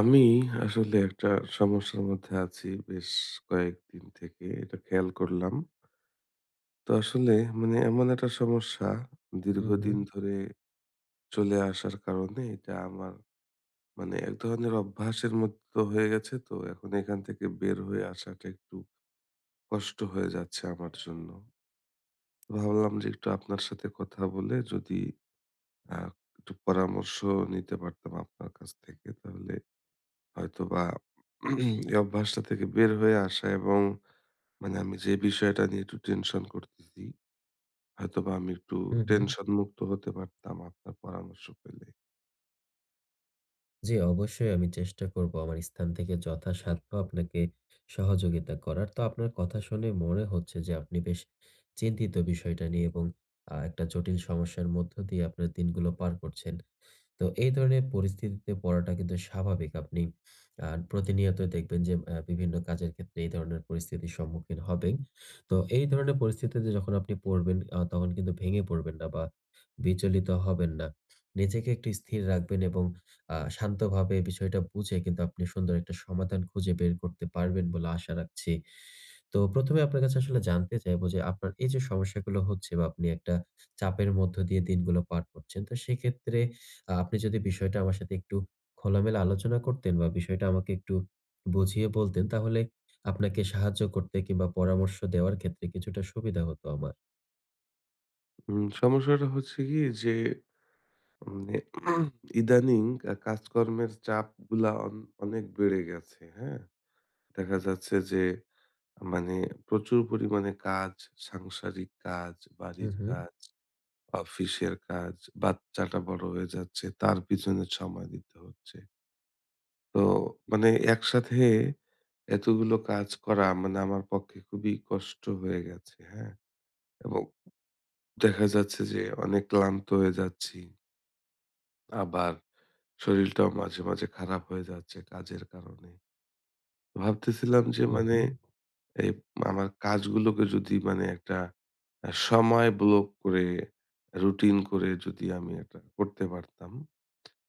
আমি আসলে একটা সমস্যার মধ্যে আছি বেশ কয়েকদিন থেকে এটা খেয়াল করলাম। তো আসলে মানে এমন একটা সমস্যা হুম, হুম, দীর্ঘদিন ধরে চলে আসার কারণে এটা আমার মানে এক ধরনের অভ্যাসের মতো হয়ে গেছে। তো এখন এখান থেকে বের হয়ে আসাটা একটু কষ্ট হয়ে যাচ্ছে আমার জন্য। ভাবলাম যে একটু আপনার সাথে কথা বলে যদি আ একটু পরামর্শ নিতে পারতাম আপনার কাছ থেকে, তাহলে হয়তোবা এই অভ্যাসটা থেকে বের হয়ে আসা এবং মানে আমি যে বিষয়টা নিয়ে একটু টেনশন করতেছি, হয়তোবা আমি একটু হুম, হুম। টেনশন মুক্ত হতে পারতাম আপনার পরামর্শ পেলে। জি, অবশ্যই আমি চেষ্টা করব আমার স্থান থেকে যথাসাধ্য আপনাকে সহযোগিতা করার। তো আপনার কথা শুনে মনে হচ্ছে যে আপনি বেশ চিন্তিত বিষয়টা নিয়ে, এবং একটা জটিল সমস্যার মধ্য দিয়ে আপনার দিনগুলো পার করছেন। তো এই ধরনের পরিস্থিতিতে পড়াটা কিন্তু স্বাভাবিক। আপনি প্রতিনিয়ত দেখবেন যে বিভিন্ন কাজের ক্ষেত্রে এই ধরনের পরিস্থিতির সম্মুখীন হবেন। তো এই ধরনের পরিস্থিতিতে যখন আপনি পড়বেন, তখন কিন্তু ভেঙে পড়বেন না বা বিচলিত হবেন না। নিজেকে একটু স্থির রাখবেন, এবং শান্তভাবে বিষয়টা বুঝে কিন্তু আপনি সুন্দর একটা সমাধান খুঁজে বের করতে পারবেন বলে আশা রাখছি। তো ১ম এ আপনার কাছে আসলে জানতে চাইবো যে আপনার এই যে সমস্যাগুলো হচ্ছে বা আপনি একটা চাপের মধ্য দিয়ে দিনগুলো পার করছেন। তো সেক্ষেত্রে আপনি যদি বিষয়টা আমার সাথে একটু খোলামেলা আলোচনা করতেন বা বিষয়টা আমাকে একটু বুঝিয়ে বলতেন, তাহলে আপনাকে সাহায্য করতে কিংবা পরামর্শ দেওয়ার ক্ষেত্রে কিছুটা সুবিধা হতো আমার। সমস্যাটা হচ্ছে কি যে মানে ইদানিং কাজকর্মের চাপগুলা অনেক বেড়ে গেছে, হ্যাঁ? দেখা যাচ্ছে যে মানে প্রচুর পরিমাণে কাজ, সাংসারিক কাজ, হু, বাড়ির হু। কাজ, অফিসের কাজ, বাচ্চাটা বড় হয়ে যাচ্ছে, তার পিছনে সময় দিতে হচ্ছে। তো মানে একসাথে এতগুলো কাজ করা মানে আমার পক্ষে খুবই কষ্ট হয়ে গেছে, হ্যাঁ? এবং দেখা যাচ্ছে যে অনেক ক্লান্ত হয়ে যাচ্ছি। আবার শরীরটাও মাঝে, মাঝে খারাপ হয়ে যাচ্ছে কাজের কারণে। ভাবতেছিলাম যে হু, মানে হু। এই আমার কাজগুলোকে যদি মানে একটা সময় ব্লক করে রুটিন করে যদি আমি এটা করতে পারতাম,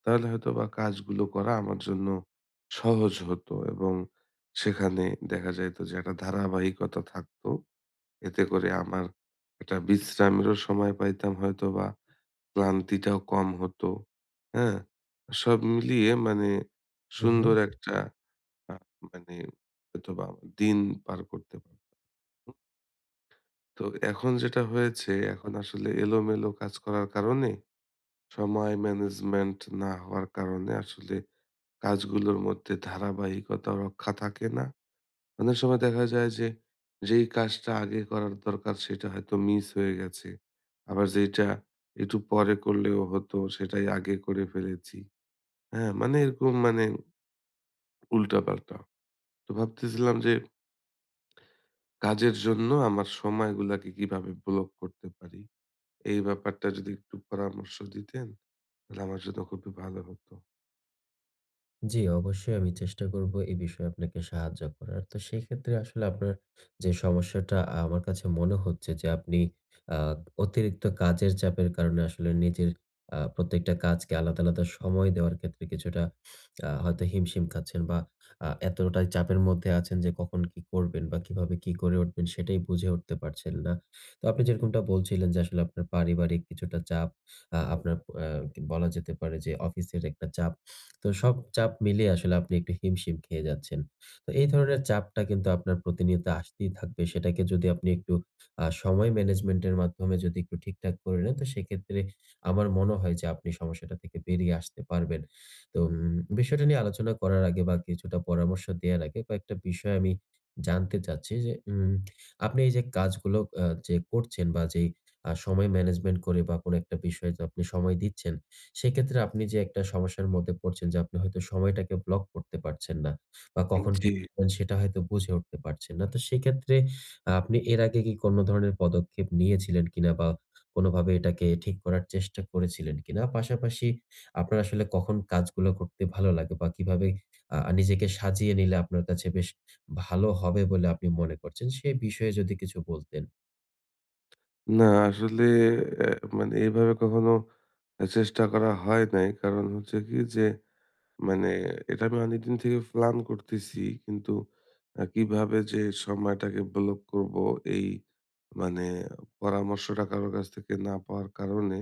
তাহলে হয়তোবা কাজগুলো করা আমার জন্য সহজ হতো এবং সেখানে দেখা যাইত যে একটা ধারাবাহিকতা থাকতো। এতে করে আমার একটা বিশ্রামেরও সময় পাইতাম হয়তোবা। ক্লান্তিটাও কম হতো। হ্যাঁ? সব মিলিয়ে মানে হু, হু। সুন্দর একটা আ মানে হয়তোবা দিন পার করতে পারব। তো এখন যেটা হয়েছে, এখন আসলে এলোমেলো কাজ করার কারণে, সময় ম্যানেজমেন্ট না হওয়ার কারণে আসলে কাজগুলোর মধ্যে ধারাবাহিকতা রক্ষা থাকে না। অনেক সময় দেখা যায় যে, যেই কাজটা আগে করার দরকার সেটা হয়তো মিস হয়ে গেছে। আবার যেইটা একটু পরে করলেও হতো সেটাই আগে করে ফেলেছি। হ্যাঁ? মানে এরকম মানে উল্টাপাল্টা। তো ভাবতেছিলাম যে কাজের জন্য আমার সময়গুলাকে কিভাবে ব্লক করতে পারি? এই ব্যাপারটা যদি একটু পরামর্শ দিতেন, তাহলে আমার জন্য খুবই ভালো হতো। জি, অবশ্যই আমি চেষ্টা করব এই বিষয়ে আপনাকে সাহায্য করার। তো সেক্ষেত্রে আসলে আপনার যে সমস্যাটা আমার কাছে মনে হচ্ছে যে আপনি আ অতিরিক্ত কাজের চাপের কারণে আসলে নিজের প্রত্যেকটা কাজকে আলাদা, আলাদা সময় দেওয়ার ক্ষেত্রে কিছুটা হয়তো হিমশিম খাচ্ছেন বা এতটাই চাপের মধ্যে আছেন যে কখন কি করবেন বা কিভাবে কি করে উঠবেন সেটাই বুঝে উঠতে পারছেন না। তো আপনি যেরকমটা বলছিলেন যে আসলে আপনার পারিবারিক কিছুটা চাপ, আপনার, আ বলা যেতে পারে যে অফিসের একটা চাপ। তো সব চাপ মিলিয়ে আসলে আপনি একটু হিমশিম খেয়ে যাচ্ছেন। তো এই ধরনের চাপটা কিন্তু আপনার প্রতিনিয়ত আসতেই থাকবে। সেটাকে যদি আপনি একটু সময় ম্যানেজমেন্টের মাধ্যমে যদি একটু ঠিকঠাক করে নেন, তো সেক্ষেত্রে আমার মনে হয় যে আপনি সমস্যাটা থেকে বেরিয়ে আসতে পারবেন। তো বিষয়টা নিয়ে আলোচনা করার আগে বা কিছুটা পরামর্শ দেওয়ার আগে কয়েকটা বিষয় আমি জানতে চাচ্ছি যে আপনি এই যে কাজগুলো যে করছেন বা যেই সময় ম্যানেজমেন্ট করে বা কোনো একটা বিষয়ে যে আপনি সময় দিচ্ছেন, সেক্ষেত্রে আপনি যে একটা সমস্যার মধ্যে পড়ছেন যে আপনি হয়তো সময়টাকে ব্লক করতে পারছেন না বা কখন জি। কি করবেন সেটা হয়তো বুঝে উঠতে পারছেন না। তো সেক্ষেত্রে আপনি এর আগে কি কোনো ধরনের পদক্ষেপ নিয়েছিলেন কিনা বা কোনোভাবে এটাকে ঠিক করার চেষ্টা করেছিলেন কিনা? পাশাপাশি আপনার আসলে কখন কাজগুলো করতে ভালো লাগে বা কিভাবে নিজেকে সাজিয়ে নিলে আপনার কাছে বেশ ভালো হবে বলে আপনি মনে করছেন? সে বিষয়ে যদি কিছু বলতেন। না আসলে অ্যা মানে এইভাবে কখনো চেষ্টা করা হয় নাই। কারণ হচ্ছে কি যে মানে এটা আমি অনেকদিন থেকে প্ল্যান করতেছি। কিন্তু কিভাবে যে সময়টাকে ব্লক করবো, এই মানে পরামর্শটা কারো কাছ থেকে না পাওয়ার কারণে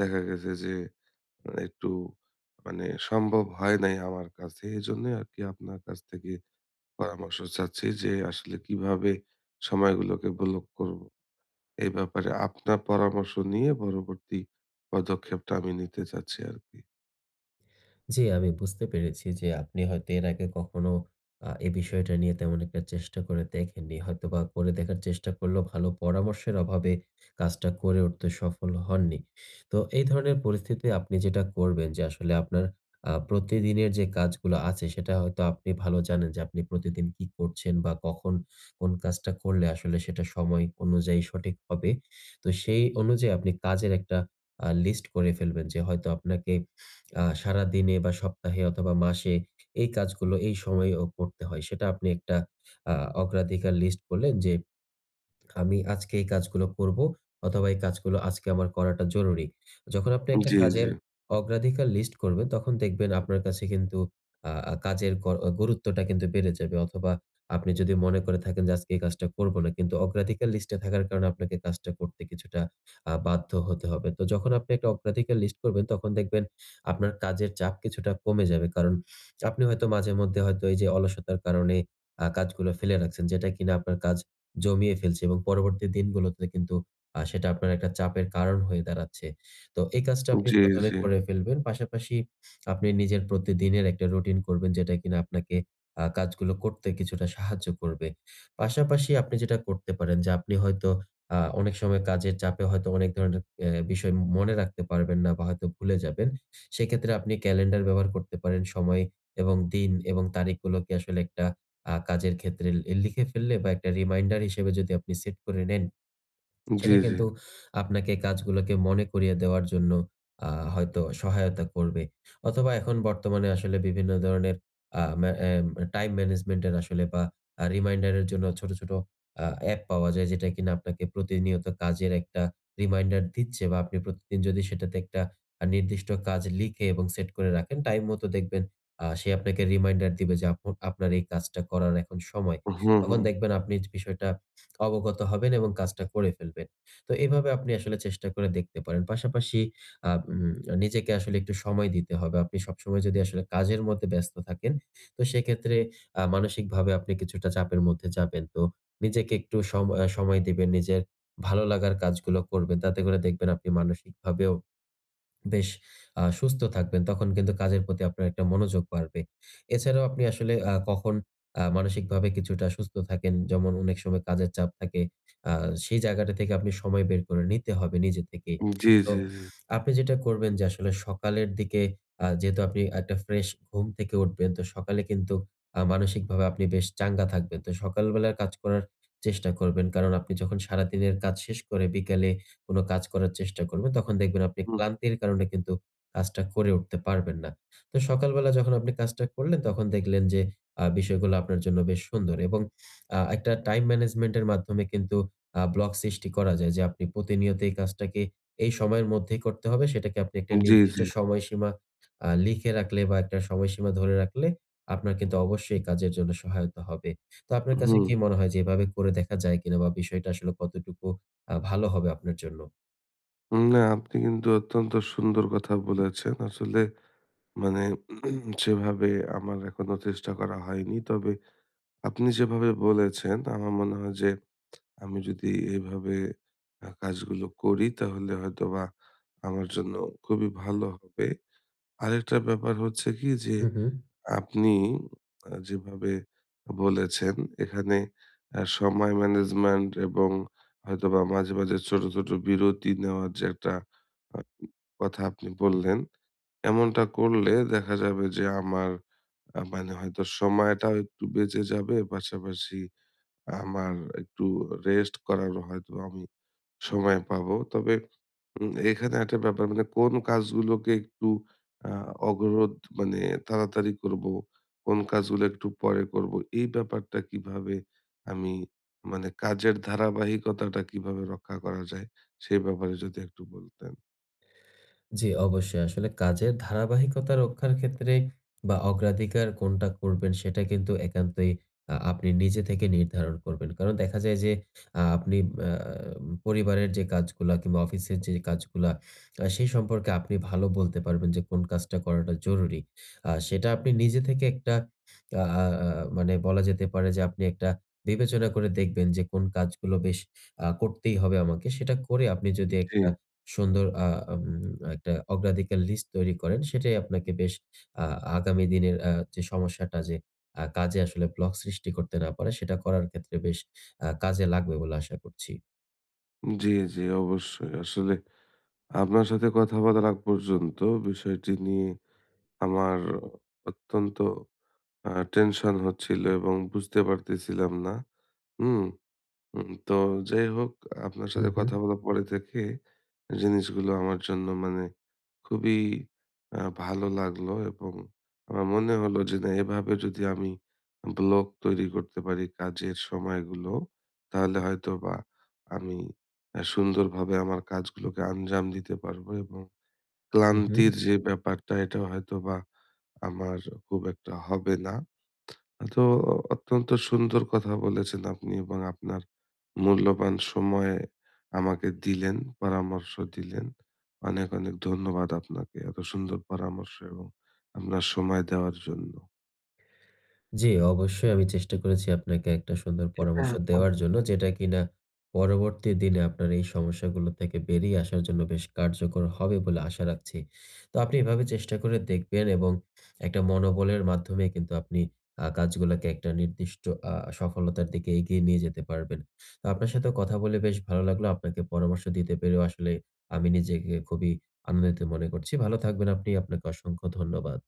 দেখা গেছে যে একটু মানে সম্ভব হয় নাই আমার কাছে। এজন্যই আরকি আপনার কাছ থেকে পরামর্শ চাচ্ছি যে আসলে কিভাবে সময়গুলোকে ব্লক করব? এই ব্যাপারে আপনার পরামর্শ নিয়ে পরবর্তী পদক্ষেপটা আমি নিতে চাচ্ছি আরকি। জি, আমি বুঝতে পেরেছি যে আপনি হয়তো এর আগে কখনো এই বিষয়টা নিয়ে তেমন একটা চেষ্টা করে দেখেননি। হয়তোবা করে দেখার চেষ্টা করলেও ভালো পরামর্শের অভাবে কাজটা করে উঠতে সফল হননি। তো এই ধরনের পরিস্থিতি আপনি যেটা করবেন যে আসলে আপনার প্রতিদিনের যে কাজগুলো আছে সেটা হয়তো আপনি ভালো জানেন যে আপনি প্রতিদিন কি করছেন বা কখন কোন কাজটা করলে আসলে সেটা সময় অনুযায়ী সঠিক হবে। তো সেই অনুযায়ী আপনি কাজের একটা লিস্ট করে ফেলবেন যে হয়তো আপনাকে সারাদিনে বা সপ্তাহে অথবা মাসে এই কাজগুলো এই সময়ে ও করতে হয়। সেটা আপনি একটা আ অগ্রাধিকার লিস্ট করলেন যে আমি আজকে এই কাজগুলো করব অথবা এই কাজগুলো আজকে আমার করাটা জরুরি। যখন আপনি একটা জি, জি, কাজের অগ্রাধিকার লিস্ট করবেন তখন দেখবেন আপনার কাছে কিন্তু আ আ কাজের গুরুত্বটা কিন্তু বেড়ে যাবে, অথবা আপনি যদি মনে করে থাকেন যে আজকে এই কাজটা করব না কিন্তু অগ্রাধিকার লিস্টে থাকার কারণে আপনাকে কাজটা করতে কিছুটা বাধ্য হতে হবে। তো যখন আপনি একটা অগ্রাধিকার লিস্ট করবেন তখন দেখবেন আপনার কাজের চাপ কিছুটা কমে যাবে। কারণ আপনি হয়তো মাঝেমধ্যে হয়তো এই যে অলসতার কারণে কাজগুলো ফেলে রাখছেন, যেটা কিনা আপনার কাজ জমিয়ে ফেলছে এবং পরবর্তী দিনগুলোতে কিন্তু সেটা আপনার একটা চাপের কারণ হয়ে দাঁড়াচ্ছে। তো এই কাজটা আপনি জি, ১ম এ করে ফেলবেন। পাশাপাশি আপনি নিজের প্রতিদিনের একটা রুটিন করবেন, যেটা কিনা আপনাকে কাজগুলো করতে কিছুটা সাহায্য করবে। পাশাপাশি আপনি যেটা করতে পারেন যে আপনি হয়তো অনেক সময় কাজের চাপে হয়তো অনেক ধরনের বিষয় মনে রাখতে পারবেন না বা হয়তো ভুলে যাবেন। সেক্ষেত্রে আপনি ক্যালেন্ডার ব্যবহার করতে পারেন। সময় এবং দিন এবং তারিখগুলোকে আসলে একটা কাজের ক্ষেত্রে লিখে ফেললে বা একটা রিমাইন্ডার হিসেবে যদি আপনি সেট করে নেন, জি, জি, সেটা জি। কিন্তু আপনাকে কাজগুলোকে মনে করিয়ে দেওয়ার জন্য আ হয়তো সহায়তা করবে। অথবা এখন বর্তমানে আসলে বিভিন্ন ধরনের আ ম্যা এম টাইম ম্যানেজমেন্টের আসলে বা রিমাইন্ডারের জন্য ছোট, ছোট অ্যাপ পাওয়া যায় যেটা কিনা আপনাকে প্রতিনিয়ত কাজের একটা রিমাইন্ডার দিচ্ছে বা আপনি প্রতিদিন যদি সেটাতে একটা নির্দিষ্ট কাজ লিখে এবং সেট করে রাখেন, টাইম মতো দেখবেন সে আপনাকে রিমাইন্ডার দিবে যে আপনার এই কাজটা করার এখন সময়। হুম, তখন হুম। দেখবেন আপনি বিষয়টা অবগত হবেন এবং কাজটা করে ফেলবেন। তো এভাবে আপনি আসলে চেষ্টা করে দেখতে পারেন। পাশাপাশি আ উম নিজেকে আসলে একটু সময় দিতে হবে। আপনি সবসময় যদি আসলে কাজের মধ্যে ব্যস্ত থাকেন, তো সেক্ষেত্রে মানসিকভাবে আপনি কিছুটা চাপের মধ্যে যাবেন। তো নিজেকে একটু সম আ সময় দিবেন, নিজের ভালো লাগার কাজগুলো করবেন। তাতে করে দেখবেন আপনি মানসিকভাবেও বেশ সুস্থ থাকবেন। তখন কিন্তু কাজের প্রতি আপনার একটা মনোযোগ বাড়বে। এছাড়াও আপনি আসলে কখন মানসিকভাবে কিছুটা সুস্থ থাকেন, যেমন অনেক সময় কাজের চাপ থাকে। আ সেই জায়গাটা থেকে আপনি সময় বের করে নিতে হবে নিজে থেকেই। জি, তো জি, জি। আপনি যেটা করবেন যে আসলে সকালের দিকে, যেহেতু আপনি একটা ফ্রেশ ঘুম থেকে উঠবেন, তো সকালে কিন্তু মানসিকভাবে আপনি বেশ চাঙ্গা থাকবেন। তো সকালবেলার কাজ করার চেষ্টা করবেন। কারণ আপনি যখন সারাদিনের কাজ শেষ করে বিকালে কোনো কাজ করার চেষ্টা করবেন, তখন দেখবেন আপনি হুম, ক্লান্তির কারণে কিন্তু কাজটা করে উঠতে পারবেন না। তো সকালবেলা যখন আপনি কাজটা করলেন তখন দেখলেন যে বিষয়গুলো আপনার জন্য বেশ সুন্দর, এবং একটা টাইম ম্যানেজমেন্ট এর মাধ্যমে কিন্তু ব্লক সৃষ্টি করা যায় যে আপনি প্রতিনিয়ত এই কাজটাকে এই সময়ের মধ্যেই করতে হবে, সেটাকে আপনি একটা জি, নির্দিষ্ট জি। সময়সীমা লিখে রাখলে বা একটা সময়সীমা ধরে রাখলে আপনার কিন্তু অবশ্যই কাজের জন্য সহায়তা হবে। তো আপনার কাছে হুম। কি মনে হয় যে এভাবে করে দেখা যায় কিনা, বা বিষয়টা আসলে কতটুকু ভালো হবে আপনার জন্য? না আপনি কিন্তু অত্যন্ত সুন্দর কথা বলেছেন। আসলে মানে সেভাবে আমার এখনো চেষ্টা করা হয়নি। তবে আপনি যেভাবে বলেছেন আমার মনে হয় যে আমি যদি এভাবে কাজগুলো করি, তাহলে হয়তোবা আমার জন্য খুবই ভালো হবে। আরেকটা ব্যাপার হচ্ছে কি যে হু, হু। আপনি যেভাবে বলেছেন এখানে সময় ম্যানেজমেন্ট এবং হয়তোবা মাঝে, মাঝে ছোট, ছোট বিরতি নেওয়ার যে একটা আ কথা আপনি বললেন, এমনটা করলে দেখা যাবে যে আমার মানে হয়তো সময়টাও একটু বেঁচে যাবে। পাশাপাশি আমার একটু রেস্ট করারও হয়তো আমি সময় পাবো। তবে এখানে একটা ব্যাপার, মানে কোন কাজগুলোকে একটু আ অগ্রদ মানে তাড়াতাড়ি করব, কোন কাজগুলো একটু পরে করব। এই ব্যাপারটা কিভাবে আমি মানে কাজের ধারাবাহিকতাটা কিভাবে রক্ষা করা যায়, সেই ব্যাপারে যদি একটু বলতেন। জি, অবশ্যই। আসলে কাজের ধারাবাহিকতা রক্ষার ক্ষেত্রে বা অগ্রাধিকার কোনটা করবেন সেটা কিন্তু একান্তই আপনি নিজে থেকে নির্ধারণ করবেন। কারণ দেখা যায় যে আপনি আ পরিবারের যে কাজগুলা কিংবা অফিসের যে কাজগুলা, সেই সম্পর্কে আপনি ভালো বলতে পারবেন যে কোন কাজটা করাটা জরুরি। সেটা আপনি নিজে থেকে একটা আ আ আ মানে বলা যেতে পারে যে আপনি একটা বিবেচনা করে দেখবেন যে কোন কাজগুলো বেশ করতেই হবে আমাকে। সেটা করে আপনি যদি জি। একটা সুন্দর আ আম একটা অগ্রাধিকার লিস্ট তৈরি করেন, সেটাই আপনাকে বেশ আ আগামী দিনের যে সমস্যাটা যে কাজে আসলে ব্লক সৃষ্টি করতে না পারে, সেটা করার ক্ষেত্রে বেশ কাজে লাগবে বলে আশা করছি। জি, জি, অবশ্যই। আসলে আপনার সাথে কথা বলার আগ পর্যন্ত বিষয়টি নিয়ে আমার অত্যন্ত টেনশন হচ্ছিল এবং বুঝতে পারতেছিলাম না। হুম। তো যাই হোক, আপনার হু, সাথে হু, কথা বলার পরে থেকে জিনিসগুলো আমার জন্য মানে খুবই ভালো লাগলো এবং আমার মনে হলো যে না, এভাবে যদি আমি ব্লক তৈরি করতে পারি কাজের সময়গুলো, তাহলে হয়তোবা আমি সুন্দরভাবে আমার কাজগুলোকে আঞ্জাম দিতে পারবো এবং হু, হু। ক্লান্তির যে ব্যাপারটা, এটা হয়তোবা আমার খুব একটা হবে না। তো অত্যন্ত সুন্দর কথা বলেছেন আপনি এবং আপনার মূল্যবান সময়ে আমাকে দিলেন, পরামর্শ দিলেন। অনেক, অনেক ধন্যবাদ আপনাকে এত সুন্দর পরামর্শ এবং আপনার সময় দেওয়ার জন্য। জি, অবশ্যই আমি চেষ্টা করেছি আপনাকে একটা সুন্দর এটা পরামর্শ দেওয়ার জন্য, যেটা কিনা পরবর্তী দিনে আপনার এই সমস্যাগুলো থেকে বেরিয়ে আসার জন্য বেশ কার্যকর হবে বলে আশা রাখছি। তো আপনি এভাবে চেষ্টা করে দেখবেন এবং একটা মনোবলের মাধ্যমে কিন্তু আপনি কাজগুলাকে একটা নির্দিষ্ট আ সফলতার দিকে এগিয়ে নিয়ে যেতে পারবেন। তো আপনার সাথে কথা বলে বেশ ভালো লাগলো। আপনাকে পরামর্শ দিতে পেরেও আসলে আমি নিজেকে খুবই আনন্দিত মনে করছি। ভালো থাকবেন আপনি। আপনাকে অসংখ্য ধন্যবাদ।